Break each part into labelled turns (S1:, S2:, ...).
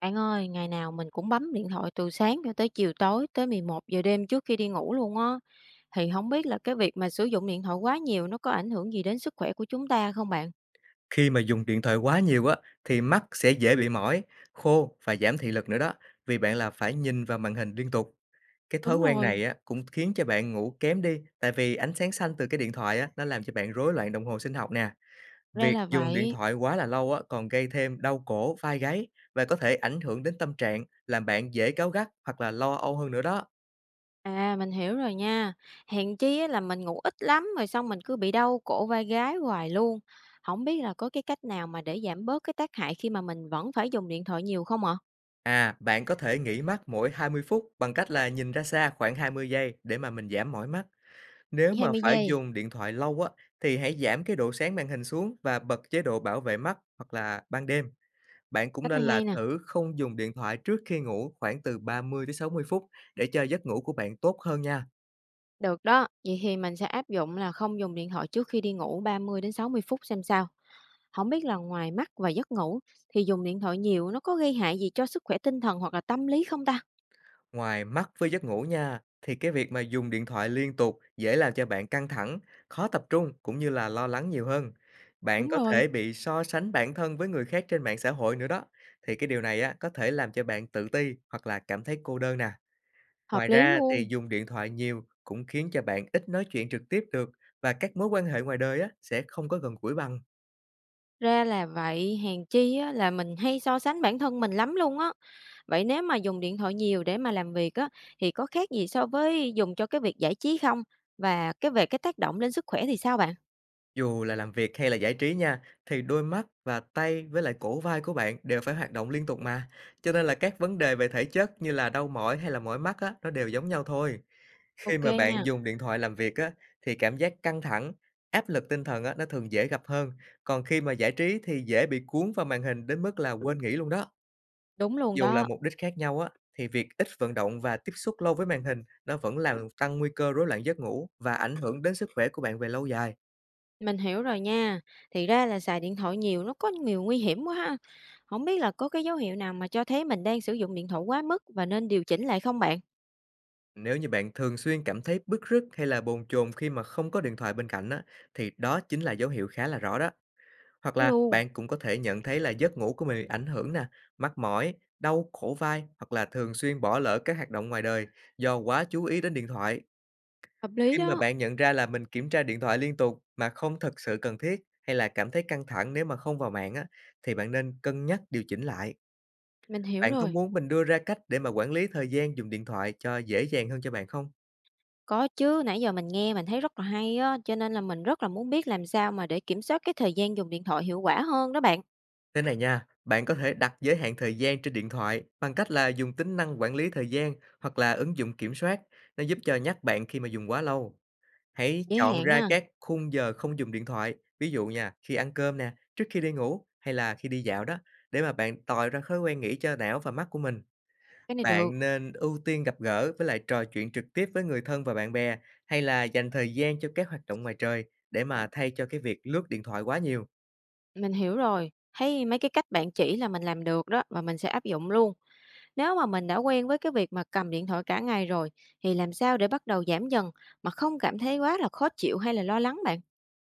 S1: Bạn ơi, ngày nào mình cũng bấm điện thoại từ sáng cho tới chiều tối, tới 11 giờ đêm trước khi đi ngủ luôn á. Thì không biết là cái việc mà sử dụng điện thoại quá nhiều nó có ảnh hưởng gì đến sức khỏe của chúng ta không bạn?
S2: Khi mà dùng điện thoại quá nhiều á thì mắt sẽ dễ bị mỏi, khô và giảm thị lực nữa đó, vì bạn là phải nhìn vào màn hình liên tục. Cái thói
S1: Đúng
S2: quen
S1: rồi.
S2: này á cũng khiến cho bạn ngủ kém đi, tại vì ánh sáng xanh từ cái điện thoại á nó làm cho bạn rối loạn đồng hồ sinh học nè.
S1: Ra
S2: Việc
S1: là
S2: dùng điện
S1: vậy.
S2: thoại quá là lâu á còn gây thêm đau cổ, vai gáy và có thể ảnh hưởng đến tâm trạng, làm bạn dễ cáu gắt hoặc là lo âu hơn nữa đó.
S1: À, mình hiểu rồi nha. Hèn chi á là mình ngủ ít lắm rồi xong mình cứ bị đau cổ vai gáy hoài luôn. Không biết là có cái cách nào mà để giảm bớt cái tác hại khi mà mình vẫn phải dùng điện thoại nhiều không ạ?
S2: À, bạn có thể nghỉ mắt mỗi 20 phút bằng cách là nhìn ra xa khoảng 20 giây để mà mình giảm mỏi mắt. Nếu
S1: Chỉ
S2: mà
S1: 20
S2: phải
S1: giây,
S2: dùng điện thoại lâu á, thì hãy giảm cái độ sáng màn hình xuống và bật chế độ bảo vệ mắt hoặc là ban đêm. Bạn cũng
S1: cách này
S2: nên là
S1: hay nè.
S2: thử không dùng điện thoại trước khi ngủ khoảng từ 30 tới 60 phút để cho giấc ngủ của bạn tốt hơn nha.
S1: Được đó, vậy thì mình sẽ áp dụng là không dùng điện thoại trước khi đi ngủ 30 đến 60 phút xem sao. Không biết là ngoài mắt và giấc ngủ thì dùng điện thoại nhiều nó có gây hại gì cho sức khỏe tinh thần hoặc là tâm lý không ta?
S2: Ngoài mắt với giấc ngủ nha, thì cái việc mà dùng điện thoại liên tục dễ làm cho bạn căng thẳng, khó tập trung cũng như là lo lắng nhiều hơn. Bạn
S1: Đúng
S2: có
S1: rồi.
S2: thể bị so sánh bản thân với người khác trên mạng xã hội nữa đó. Thì cái điều này á có thể làm cho bạn tự ti hoặc là cảm thấy cô đơn nè.
S1: Hợp
S2: Ngoài
S1: lý
S2: ra thì
S1: luôn.
S2: dùng điện thoại nhiều cũng khiến cho bạn ít nói chuyện trực tiếp được và các mối quan hệ ngoài đời á sẽ không có gần gũi bằng.
S1: Ra là vậy, hèn chi á, là mình hay so sánh bản thân mình lắm luôn á. Vậy nếu mà dùng điện thoại nhiều để mà làm việc á, thì có khác gì so với dùng cho cái việc giải trí không? Và cái về cái tác động lên sức khỏe thì sao bạn?
S2: Dù là làm việc hay là giải trí nha, thì đôi mắt và tay với lại cổ vai của bạn đều phải hoạt động liên tục mà. Cho nên là các vấn đề về thể chất như là đau mỏi hay là mỏi mắt á, nó đều giống nhau thôi. Khi
S1: Ok
S2: mà
S1: nha,
S2: bạn dùng điện thoại làm việc á, thì cảm giác căng thẳng, áp lực tinh thần á, nó thường dễ gặp hơn. Còn khi mà giải trí thì dễ bị cuốn vào màn hình đến mức là quên nghỉ luôn đó.
S1: đúng luôn
S2: Dù là
S1: đó.
S2: mục đích khác nhau á, thì việc ít vận động và tiếp xúc lâu với màn hình nó vẫn làm tăng nguy cơ rối loạn giấc ngủ và ảnh hưởng đến sức khỏe của bạn về lâu dài.
S1: Mình hiểu rồi nha. Thì ra là xài điện thoại nhiều nó có nhiều nguy hiểm quá ha. Hổng biết là có cái dấu hiệu nào mà cho thấy mình đang sử dụng điện thoại quá mức và nên điều chỉnh lại không bạn?
S2: Nếu như bạn thường xuyên cảm thấy bứt rứt hay là bồn chồn khi mà không có điện thoại bên cạnh á, thì đó chính là dấu hiệu khá là rõ đó. Hoặc là
S1: Luôn,
S2: bạn cũng có thể nhận thấy là giấc ngủ của mình bị ảnh hưởng nè, mắc mỏi, đau cổ vai hoặc là thường xuyên bỏ lỡ các hoạt động ngoài đời do quá chú ý đến điện thoại.
S1: hợp lý
S2: Khi mà
S1: đó.
S2: bạn nhận ra là mình kiểm tra điện thoại liên tục mà không thật sự cần thiết hay là cảm thấy căng thẳng nếu mà không vào mạng á, thì bạn nên cân nhắc điều chỉnh lại.
S1: Mình hiểu
S2: Bạn có
S1: rồi.
S2: muốn mình đưa ra cách để mà quản lý thời gian dùng điện thoại cho dễ dàng hơn cho bạn không?
S1: Có chứ, nãy giờ mình nghe mình thấy rất là hay á, cho nên là mình rất là muốn biết làm sao mà để kiểm soát cái thời gian dùng điện thoại hiệu quả hơn đó bạn.
S2: Thế này nha, bạn có thể đặt giới hạn thời gian trên điện thoại bằng cách là dùng tính năng quản lý thời gian hoặc là ứng dụng kiểm soát. Nó giúp cho nhắc bạn khi mà dùng quá lâu. Hãy
S1: Giới
S2: chọn
S1: hạn
S2: ra
S1: ha,
S2: các khung giờ không dùng điện thoại, ví dụ nha, khi ăn cơm nè, trước khi đi ngủ hay là khi đi dạo đó, để mà bạn tạo ra thói quen nghỉ cho não và mắt của mình.
S1: cái này được,
S2: Bạn nên ưu tiên gặp gỡ với lại trò chuyện trực tiếp với người thân và bạn bè, hay là dành thời gian cho các hoạt động ngoài trời để mà thay cho cái việc lướt điện thoại quá nhiều.
S1: mình hiểu rồi. Thấy mấy cái cách bạn chỉ là mình làm được đó và mình sẽ áp dụng luôn. Nếu mà mình đã quen với cái việc mà cầm điện thoại cả ngày rồi, thì làm sao để bắt đầu giảm dần mà không cảm thấy quá là khó chịu hay là lo lắng bạn?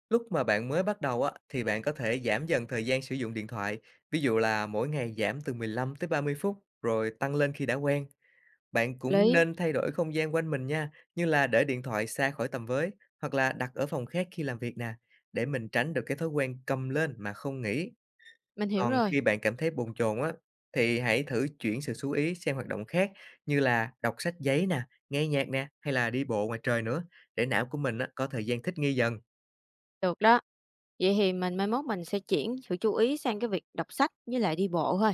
S2: Lúc mà bạn mới bắt đầu á, thì bạn có thể giảm dần thời gian sử dụng điện thoại, ví dụ là mỗi ngày giảm từ 15 tới 30 phút, rồi tăng lên khi đã quen. Bạn cũng
S1: Lý,
S2: nên thay đổi không gian quanh mình nha, như là để điện thoại xa khỏi tầm với hoặc là đặt ở phòng khác khi làm việc nè, để mình tránh được cái thói quen cầm lên mà không nghĩ.
S1: mình hiểu
S2: Còn
S1: rồi.
S2: khi bạn cảm thấy bồn chồn á, thì hãy thử chuyển sự chú ý sang hoạt động khác như là đọc sách giấy nè, nghe nhạc nè, hay là đi bộ ngoài trời nữa, để não của mình á, có thời gian thích nghi dần.
S1: Được đó. Vậy thì mai mốt mình sẽ chuyển sự chú ý sang cái việc đọc sách với lại đi bộ thôi.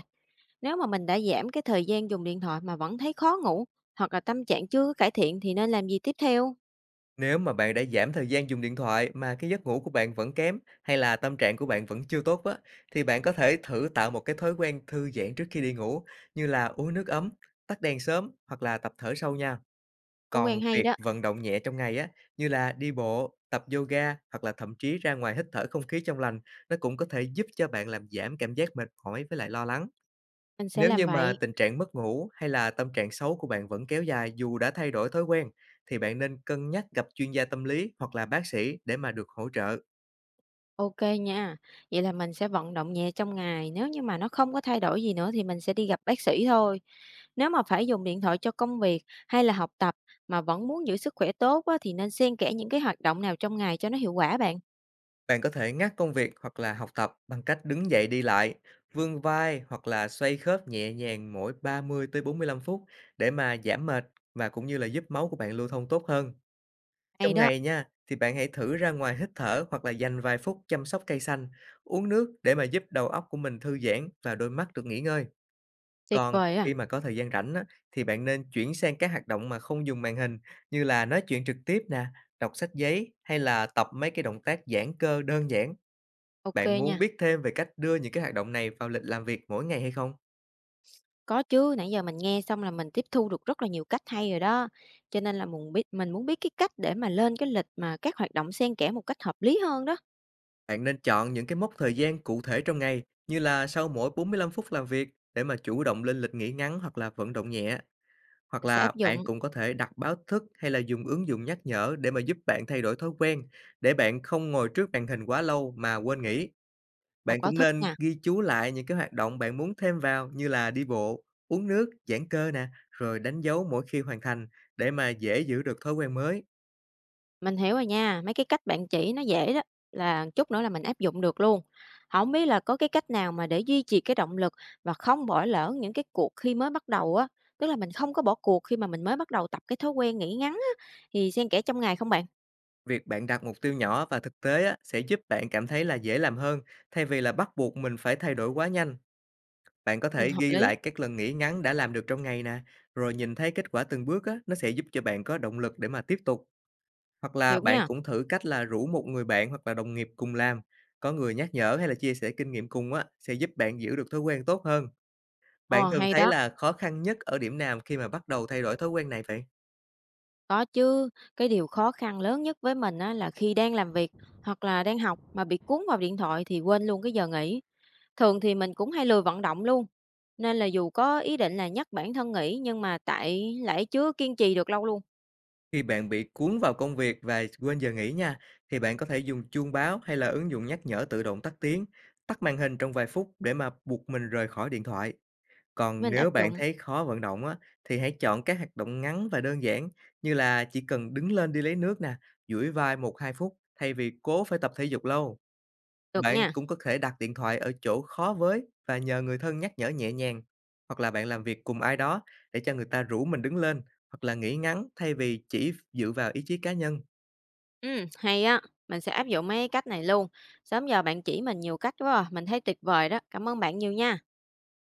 S1: Nếu mà mình đã giảm cái thời gian dùng điện thoại mà vẫn thấy khó ngủ hoặc là tâm trạng chưa có cải thiện thì nên làm gì tiếp theo?
S2: Nếu mà bạn đã giảm thời gian dùng điện thoại mà cái giấc ngủ của bạn vẫn kém hay là tâm trạng của bạn vẫn chưa tốt á, thì bạn có thể thử tạo một cái thói quen thư giãn trước khi đi ngủ như là uống nước ấm, tắt đèn sớm hoặc là tập thở sâu nha.
S1: Thói
S2: Còn
S1: quen hay
S2: việc
S1: đó,
S2: vận động nhẹ trong ngày á, như là đi bộ, tập yoga hoặc là thậm chí ra ngoài hít thở không khí trong lành, nó cũng có thể giúp cho bạn làm giảm cảm giác mệt mỏi với lại lo lắng.
S1: mình sẽ
S2: Nếu
S1: làm
S2: như mà
S1: vậy.
S2: tình trạng mất ngủ hay là tâm trạng xấu của bạn vẫn kéo dài dù đã thay đổi thói quen, thì bạn nên cân nhắc gặp chuyên gia tâm lý hoặc là bác sĩ để mà được hỗ trợ.
S1: OK nha. Vậy là mình sẽ vận động nhẹ trong ngày, nếu như mà nó không có thay đổi gì nữa thì mình sẽ đi gặp bác sĩ thôi. Nếu mà phải dùng điện thoại cho công việc hay là học tập mà vẫn muốn giữ sức khỏe tốt á, thì nên xen kẽ những cái hoạt động nào trong ngày cho nó hiệu quả bạn.
S2: Bạn có thể ngắt công việc hoặc là học tập bằng cách đứng dậy đi lại, vươn vai hoặc là xoay khớp nhẹ nhàng mỗi 30 tới 45 phút để mà giảm mệt và cũng như là giúp máu của bạn lưu thông tốt hơn.
S1: Hay
S2: Trong
S1: đó,
S2: ngày nha, thì bạn hãy thử ra ngoài hít thở hoặc là dành vài phút chăm sóc cây xanh, uống nước để mà giúp đầu óc của mình thư giãn và đôi mắt được nghỉ ngơi.
S1: tuyệt
S2: Còn
S1: vời à.
S2: khi mà có thời gian rảnh á, thì bạn nên chuyển sang các hoạt động mà không dùng màn hình như là nói chuyện trực tiếp nè, đọc sách giấy hay là tập mấy cái động tác giãn cơ đơn giản.
S1: OK
S2: Bạn muốn
S1: nha.
S2: biết thêm về cách đưa những cái hoạt động này vào lịch làm việc mỗi ngày hay không?
S1: Có chứ, nãy giờ mình nghe xong là mình tiếp thu được rất là nhiều cách hay rồi đó. Cho nên là mình biết mình muốn biết cái cách để mà lên cái lịch mà các hoạt động xen kẽ một cách hợp lý hơn đó.
S2: Bạn nên chọn những cái mốc thời gian cụ thể trong ngày như là sau mỗi 45 phút làm việc để mà chủ động lên lịch nghỉ ngắn hoặc là vận động nhẹ. Hoặc
S1: Mình sẽ
S2: là
S1: áp
S2: bạn
S1: dụng
S2: cũng có thể đặt báo thức hay là dùng ứng dụng nhắc nhở để mà giúp bạn thay đổi thói quen, để bạn không ngồi trước màn hình quá lâu mà quên nghỉ.
S1: là
S2: Bạn
S1: báo
S2: cũng
S1: thức
S2: nên
S1: nè.
S2: ghi chú lại những cái hoạt động bạn muốn thêm vào như là đi bộ, uống nước, giãn cơ nè, rồi đánh dấu mỗi khi hoàn thành để mà dễ giữ được thói quen mới.
S1: Mình hiểu rồi nha, mấy cái cách bạn chỉ nó dễ đó, là chút nữa là mình áp dụng được luôn. Không biết là có cái cách nào mà để duy trì cái động lực và không bỏ lỡ những cái cuộc khi mới bắt đầu á, tức là mình không có bỏ cuộc khi mà mình mới bắt đầu tập cái thói quen nghỉ ngắn á, thì xen kẽ trong ngày không bạn?
S2: Việc bạn đặt mục tiêu nhỏ và thực tế á, sẽ giúp bạn cảm thấy là dễ làm hơn thay vì là bắt buộc mình phải thay đổi quá nhanh. Bạn có thể
S1: Hợp
S2: ghi
S1: lý,
S2: lại các lần nghỉ ngắn đã làm được trong ngày nè, rồi nhìn thấy kết quả từng bước á, nó sẽ giúp cho bạn có động lực để mà tiếp tục. Hoặc là
S1: hiểu
S2: bạn
S1: nha.
S2: cũng thử cách là rủ một người bạn hoặc là đồng nghiệp cùng làm, có người nhắc nhở hay là chia sẻ kinh nghiệm cùng á, sẽ giúp bạn giữ được thói quen tốt hơn. Bạn
S1: Ờ,
S2: thường
S1: Hay
S2: thấy
S1: đó.
S2: là khó khăn nhất ở điểm nào khi mà bắt đầu thay đổi thói quen này vậy?
S1: Có chứ, cái điều khó khăn lớn nhất với mình á là khi đang làm việc hoặc là đang học mà bị cuốn vào điện thoại thì quên luôn cái giờ nghỉ. Thường thì mình cũng hay lười vận động luôn. Nên là dù có ý định là nhắc bản thân nghỉ nhưng mà tại lại chưa kiên trì được lâu luôn.
S2: Khi bạn bị cuốn vào công việc và quên giờ nghỉ nha, thì bạn có thể dùng chuông báo hay là ứng dụng nhắc nhở tự động tắt tiếng, tắt màn hình trong vài phút để mà buộc mình rời khỏi điện thoại. Còn
S1: Mình áp
S2: nếu bạn
S1: dụng
S2: thấy khó vận động á, thì hãy chọn các hoạt động ngắn và đơn giản như là chỉ cần đứng lên đi lấy nước nè, duỗi vai một hai phút thay vì cố phải tập thể dục lâu.
S1: được
S2: Bạn
S1: nha.
S2: cũng có thể đặt điện thoại ở chỗ khó với và nhờ người thân nhắc nhở nhẹ nhàng. Hoặc là bạn làm việc cùng ai đó để cho người ta rủ mình đứng lên hoặc là nghỉ ngắn thay vì chỉ dựa vào ý chí cá nhân.
S1: Ừ, hay á, mình sẽ áp dụng mấy cách này luôn. Sớm giờ bạn chỉ mình nhiều cách quá à, mình thấy tuyệt vời đó. Cảm ơn bạn nhiều nha.